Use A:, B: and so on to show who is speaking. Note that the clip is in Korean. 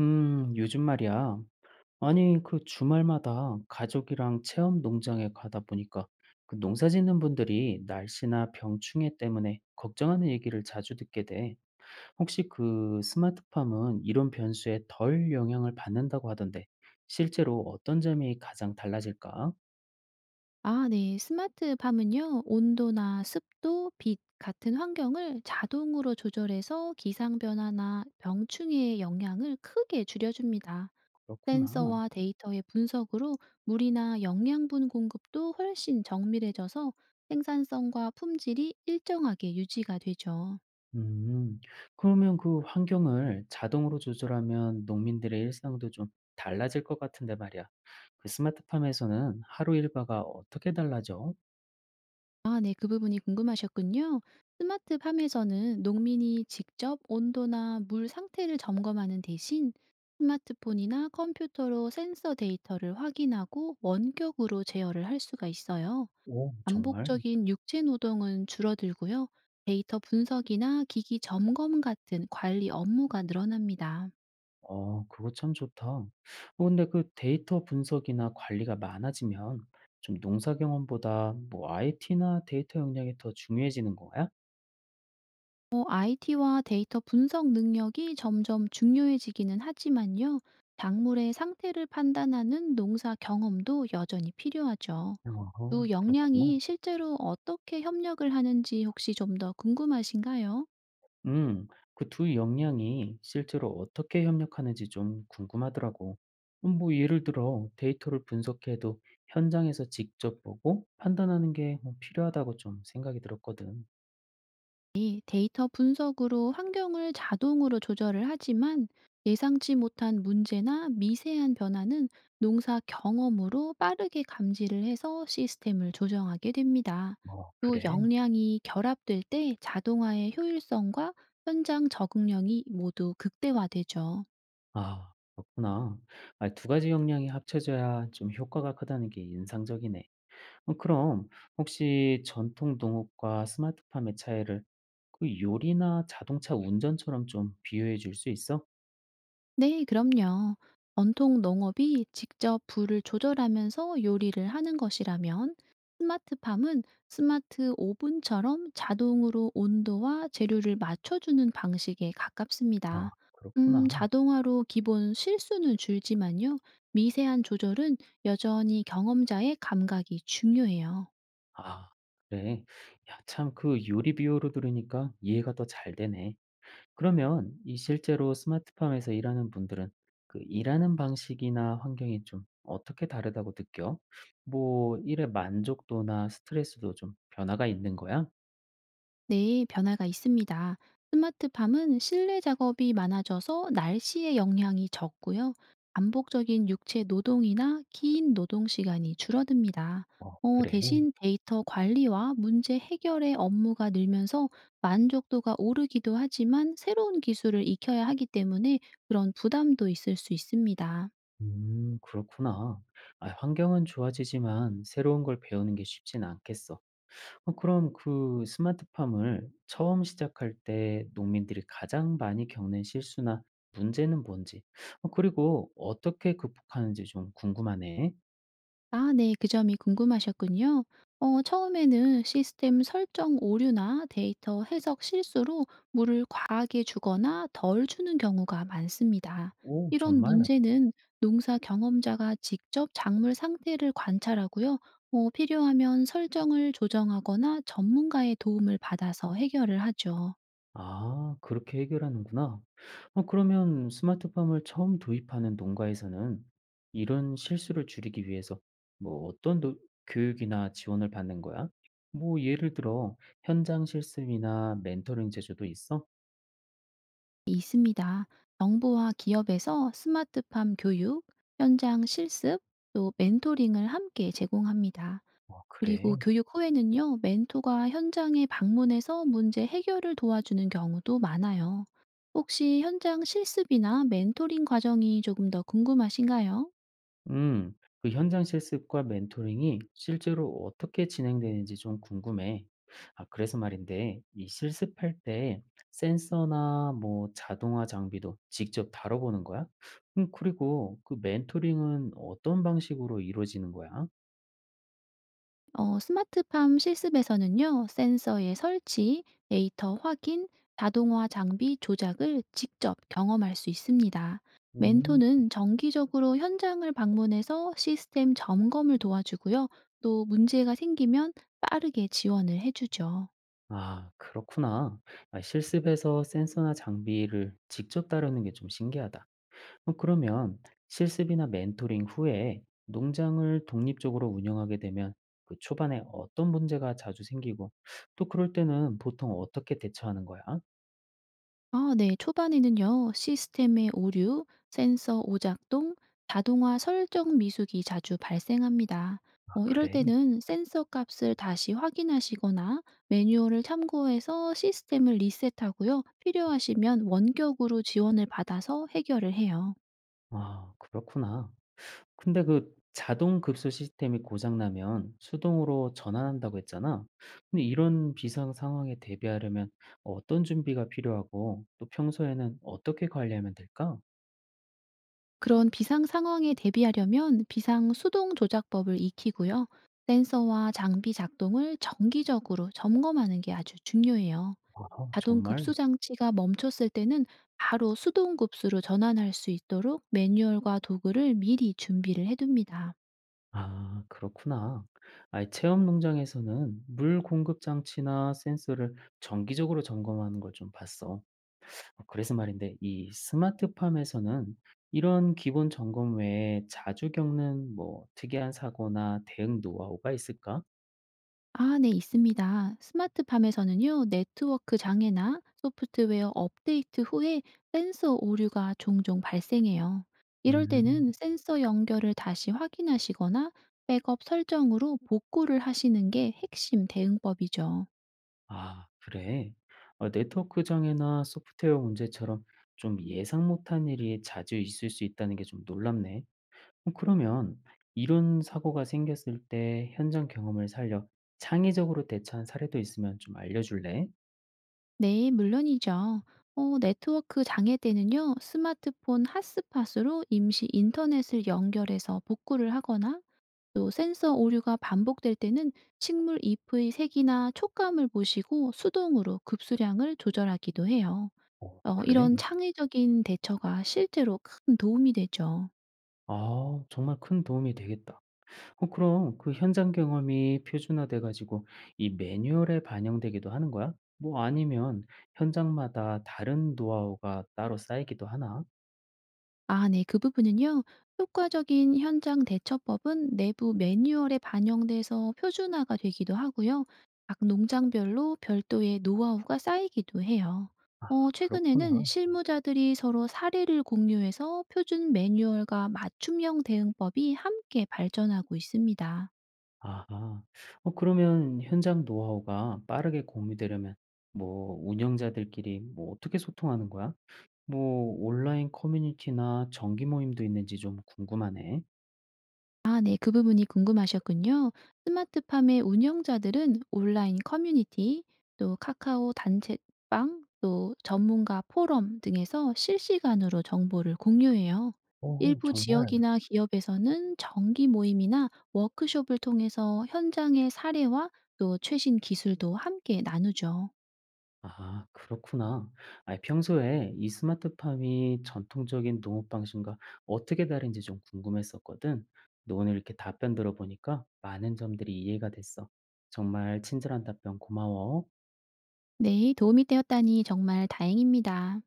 A: 요즘 말이야. 아니, 그 주말마다 가족이랑 체험 농장에 가다 보니까 그 농사 짓는 분들이 날씨나 병충해 때문에 걱정하는 얘기를 자주 듣게 돼. 혹시 그 스마트팜은 이런 변수에 덜 영향을 받는다고 하던데, 실제로 어떤 점이 가장 달라질까?
B: 아, 네. 스마트팜은요, 온도나 습도, 빛 같은 환경을 자동으로 조절해서 기상 변화나 병충해의 영향을 크게 줄여줍니다.
A: 그렇구나.
B: 센서와 데이터의 분석으로 물이나 영양분 공급도 훨씬 정밀해져서 생산성과 품질이 일정하게 유지가 되죠.
A: 음. 그러면 그 환경을 자동으로 조절하면 농민들의 일상도 좀 달라질 것 같은데 말이야. 그 스마트팜에서는 하루 일과가 어떻게 달라져?
B: 아, 네, 그 부분이 궁금하셨군요. 스마트팜에서는 농민이 직접 온도나 물 상태를 점검하는 대신 스마트폰이나 컴퓨터로 센서 데이터를 확인하고 원격으로 제어를 할 수가 있어요.
A: 오, 정말?
B: 반복적인 육체 노동은 줄어들고요, 데이터 분석이나 기기 점검 같은 관리 업무가 늘어납니다.
A: 어, 그거 참 좋다. 어, 근데 그 데이터 분석이나 관리가 많아지면 좀 농사 경험보다 뭐 IT나 데이터 역량이 더 중요해지는 거야?
B: IT와 데이터 분석 능력이 점점 중요해지기는 하지만요, 작물의 상태를 판단하는 농사 경험도 여전히 필요하죠.
A: 어,
B: 두
A: 그렇구나.
B: 역량이 실제로 어떻게 협력을 하는지 혹시 좀 더 궁금하신가요?
A: 음, 그 두 역량이 실제로 어떻게 협력하는지 좀 궁금하더라고. 뭐 예를 들어 데이터를 분석해도 현장에서 직접 보고 판단하는 게뭐 필요하다고 좀 생각이 들었거든.
B: 이 데이터 분석으로 환경을 자동으로 조절을 하지만 예상치 못한 문제나 미세한 변화는 농사 경험으로 빠르게 감지를 해서 시스템을 조정하게 됩니다.
A: 어,
B: 또
A: 그래?
B: 역량이 결합될 때 자동화의 효율성과 현장 적응력이 모두 극대화되죠.
A: 아, 그렇구나. 아, 두 가지 역량이 합쳐져야 좀 효과가 크다는 게 인상적이네. 어, 그럼 혹시 전통 농업과 스마트팜의 차이를 그 요리나 자동차 운전처럼 좀 비유해 줄 수 있어?
B: 네, 그럼요. 전통 농업이 직접 불을 조절하면서 요리를 하는 것이라면 스마트팜은 스마트 오븐처럼 자동으로 온도와 재료를 맞춰주는 방식에
A: 아,
B: 가깝습니다.
A: 그렇구나.
B: 자동화로 기본 실수는 줄지만요, 미세한 조절은 여전히 경험자의 감각이 중요해요.
A: 아, 그래. 야, 참, 그 요리 비유로 들으니까 이해가 더 잘 되네. 그러면 이 실제로 스마트팜에서 일하는 분들은 그 일하는 방식이나 환경이 좀 어떻게 다르다고 느껴? 뭐, 일의 만족도나 스트레스도 좀 변화가 있는 거야?
B: 네, 변화가 있습니다. 스마트팜은 실내 작업이 많아져서 날씨의 영향이 적고요, 반복적인 육체 노동이나 긴 노동 시간이 줄어듭니다.
A: 어, 그래.
B: 대신 데이터 관리와 문제 해결의 업무가 늘면서 만족도가 오르기도 하지만 새로운 기술을 익혀야 하기 때문에 그런 부담도 있을 수 있습니다.
A: 그렇구나. 아, 환경은 좋아지지만 새로운 걸 배우는 게 쉽진 않겠어. 어 그럼 그 스마트팜을 처음 시작할 때 농민들이 가장 많이 겪는 실수나 문제는 뭔지, 어 그리고 어떻게 극복하는지 좀 궁금하네.
B: 아, 네. 그 점이 궁금하셨군요. 처음에는 시스템 설정 오류나 데이터 해석 실수로 물을 과하게 주거나 덜 주는 경우가 많습니다.
A: 오,
B: 이런
A: 정말?
B: 문제는 농사 경험자가 직접 작물 상태를 관찰하고요. 필요하면 설정을 조정하거나 전문가의 도움을 받아서 해결을 하죠.
A: 아, 그렇게 해결하는구나. 어 그러면 스마트팜을 처음 도입하는 농가에서는 이런 실수를 줄이기 위해서 뭐 어떤 노 교육이나 지원을 받는 거야? 뭐 예를 들어 현장 실습이나 멘토링 제조도 있어?
B: 있습니다. 정부와 기업에서 스마트팜 교육, 현장 실습, 또 멘토링을 함께 제공합니다.
A: 어, 그래.
B: 그리고 교육 후에는요, 멘토가 현장에 방문해서 문제 해결을 도와주는 경우도 많아요. 혹시 현장 실습이나 멘토링 과정이 조금 더 궁금하신가요?
A: 음, 그 현장 실습과 멘토링이 실제로 어떻게 진행되는지 좀 궁금해. 아, 그래서 말인데, 이 실습할 때 센서나 뭐 자동화 장비도 직접 다뤄보는 거야? 그리고 그 멘토링은 어떤 방식으로 이루어지는 거야?
B: 스마트팜 실습에서는요, 센서의 설치, 데이터 확인, 자동화 장비 조작을 직접 경험할 수 있습니다.
A: 음,
B: 멘토는 정기적으로 현장을 방문해서 시스템 점검을 도와주고요, 또 문제가 생기면 빠르게 지원을 해주죠.
A: 아, 그렇구나. 아, 실습에서 센서나 장비를 직접 다루는 게 좀 신기하다. 어, 그러면 실습이나 멘토링 후에 농장을 독립적으로 운영하게 되면 그 초반에 어떤 문제가 자주 생기고 또 그럴 때는 보통 어떻게 대처하는 거야?
B: 아, 네. 초반에는요, 시스템의 오류, 센서 오작동, 자동화 설정 미숙이 자주 발생합니다.
A: 아,
B: 이럴
A: 그래?
B: 때는 센서 값을 다시 확인하시거나 매뉴얼을 참고해서 시스템을 리셋하고요. 필요하시면 원격으로 지원을 받아서 해결을 해요.
A: 아, 그렇구나. 근데 그 자동 급수 시스템이 고장나면 수동으로 전환한다고 했잖아. 근데 이런 비상 상황에 대비하려면 어떤 준비가 필요하고 또 평소에는 어떻게 관리하면 될까?
B: 그런 비상 상황에 대비하려면 비상 수동 조작법을 익히고요, 센서와 장비 작동을 정기적으로 점검하는 게 아주 중요해요.
A: 아,
B: 자동
A: 정말?
B: 급수 장치가 멈췄을 때는 바로 수동 급수로 전환할 수 있도록 매뉴얼과 도구를 미리 준비를 해둡니다.
A: 아, 그렇구나. 아이, 체험 농장에서는 물 공급 장치나 센서를 정기적으로 점검하는 걸 좀 봤어. 어, 그래서 말인데, 이 스마트팜에서는 이런 기본 점검 외에 자주 겪는 뭐 특이한 사고나 대응 노하우가 있을까?
B: 아, 네, 있습니다. 스마트팜에서는요, 네트워크 장애나 소프트웨어 업데이트 후에 센서 오류가 종종 발생해요. 이럴
A: 음.
B: 때는 센서 연결을 다시 확인하시거나 백업 설정으로 복구를 하시는 게 핵심 대응법이죠.
A: 아, 그래. 어, 네트워크 장애나 소프트웨어 문제처럼 좀 예상 못한 일이 자주 있을 수 있다는 게 좀 놀랍네. 어 그러면 이런 사고가 생겼을 때 현장 경험을 살려 창의적으로 대처한 사례도 있으면 좀 알려줄래?
B: 네, 물론이죠. 네트워크 장애 때는요, 스마트폰 핫스팟으로 임시 인터넷을 연결해서 복구를 하거나 또 센서 오류가 반복될 때는 식물 잎의 색이나 촉감을 보시고 수동으로 급수량을 조절하기도 해요.
A: 어, 그래?
B: 이런
A: 네.
B: 창의적인 대처가 실제로 큰 도움이 되죠.
A: 아, 정말 큰 도움이 되겠다. 어, 그럼 그 현장 경험이 표준화돼가지고 이 매뉴얼에 반영되기도 하는 거야? 뭐 아니면 현장마다 다른 노하우가 따로 쌓이기도 하나?
B: 아, 네. 그 부분은요, 효과적인 현장 대처법은 내부 매뉴얼에 반영돼서 표준화가 되기도 하고요, 각 농장별로 별도의 노하우가 쌓이기도 해요.
A: 아,
B: 최근에는
A: 그렇구나.
B: 실무자들이 서로 사례를 공유해서 표준 매뉴얼과 맞춤형 대응법이 함께 발전하고 있습니다.
A: 아하. 어, 그러면 현장 노하우가 빠르게 공유되려면 뭐 운영자들끼리 뭐 어떻게 소통하는 거야? 뭐 온라인 커뮤니티나 정기 모임도 있는지 좀 궁금하네.
B: 아, 네. 그 부분이 궁금하셨군요. 스마트팜의 운영자들은 온라인 커뮤니티, 또 카카오 단체방, 또 전문가 포럼 등에서 실시간으로 정보를 공유해요.
A: 어,
B: 일부
A: 정말.
B: 지역이나 기업에서는 정기 모임이나 워크숍을 통해서 현장의 사례와 또 최신 기술도 함께 나누죠.
A: 아, 그렇구나. 아, 평소에 이 스마트팜이 전통적인 농업 방식과 어떻게 다른지 좀 궁금했었거든. 근데 오늘 이렇게 답변 들어보니까 많은 점들이 이해가 됐어. 정말 친절한 답변 고마워.
B: 네, 도움이 되었다니 정말 다행입니다.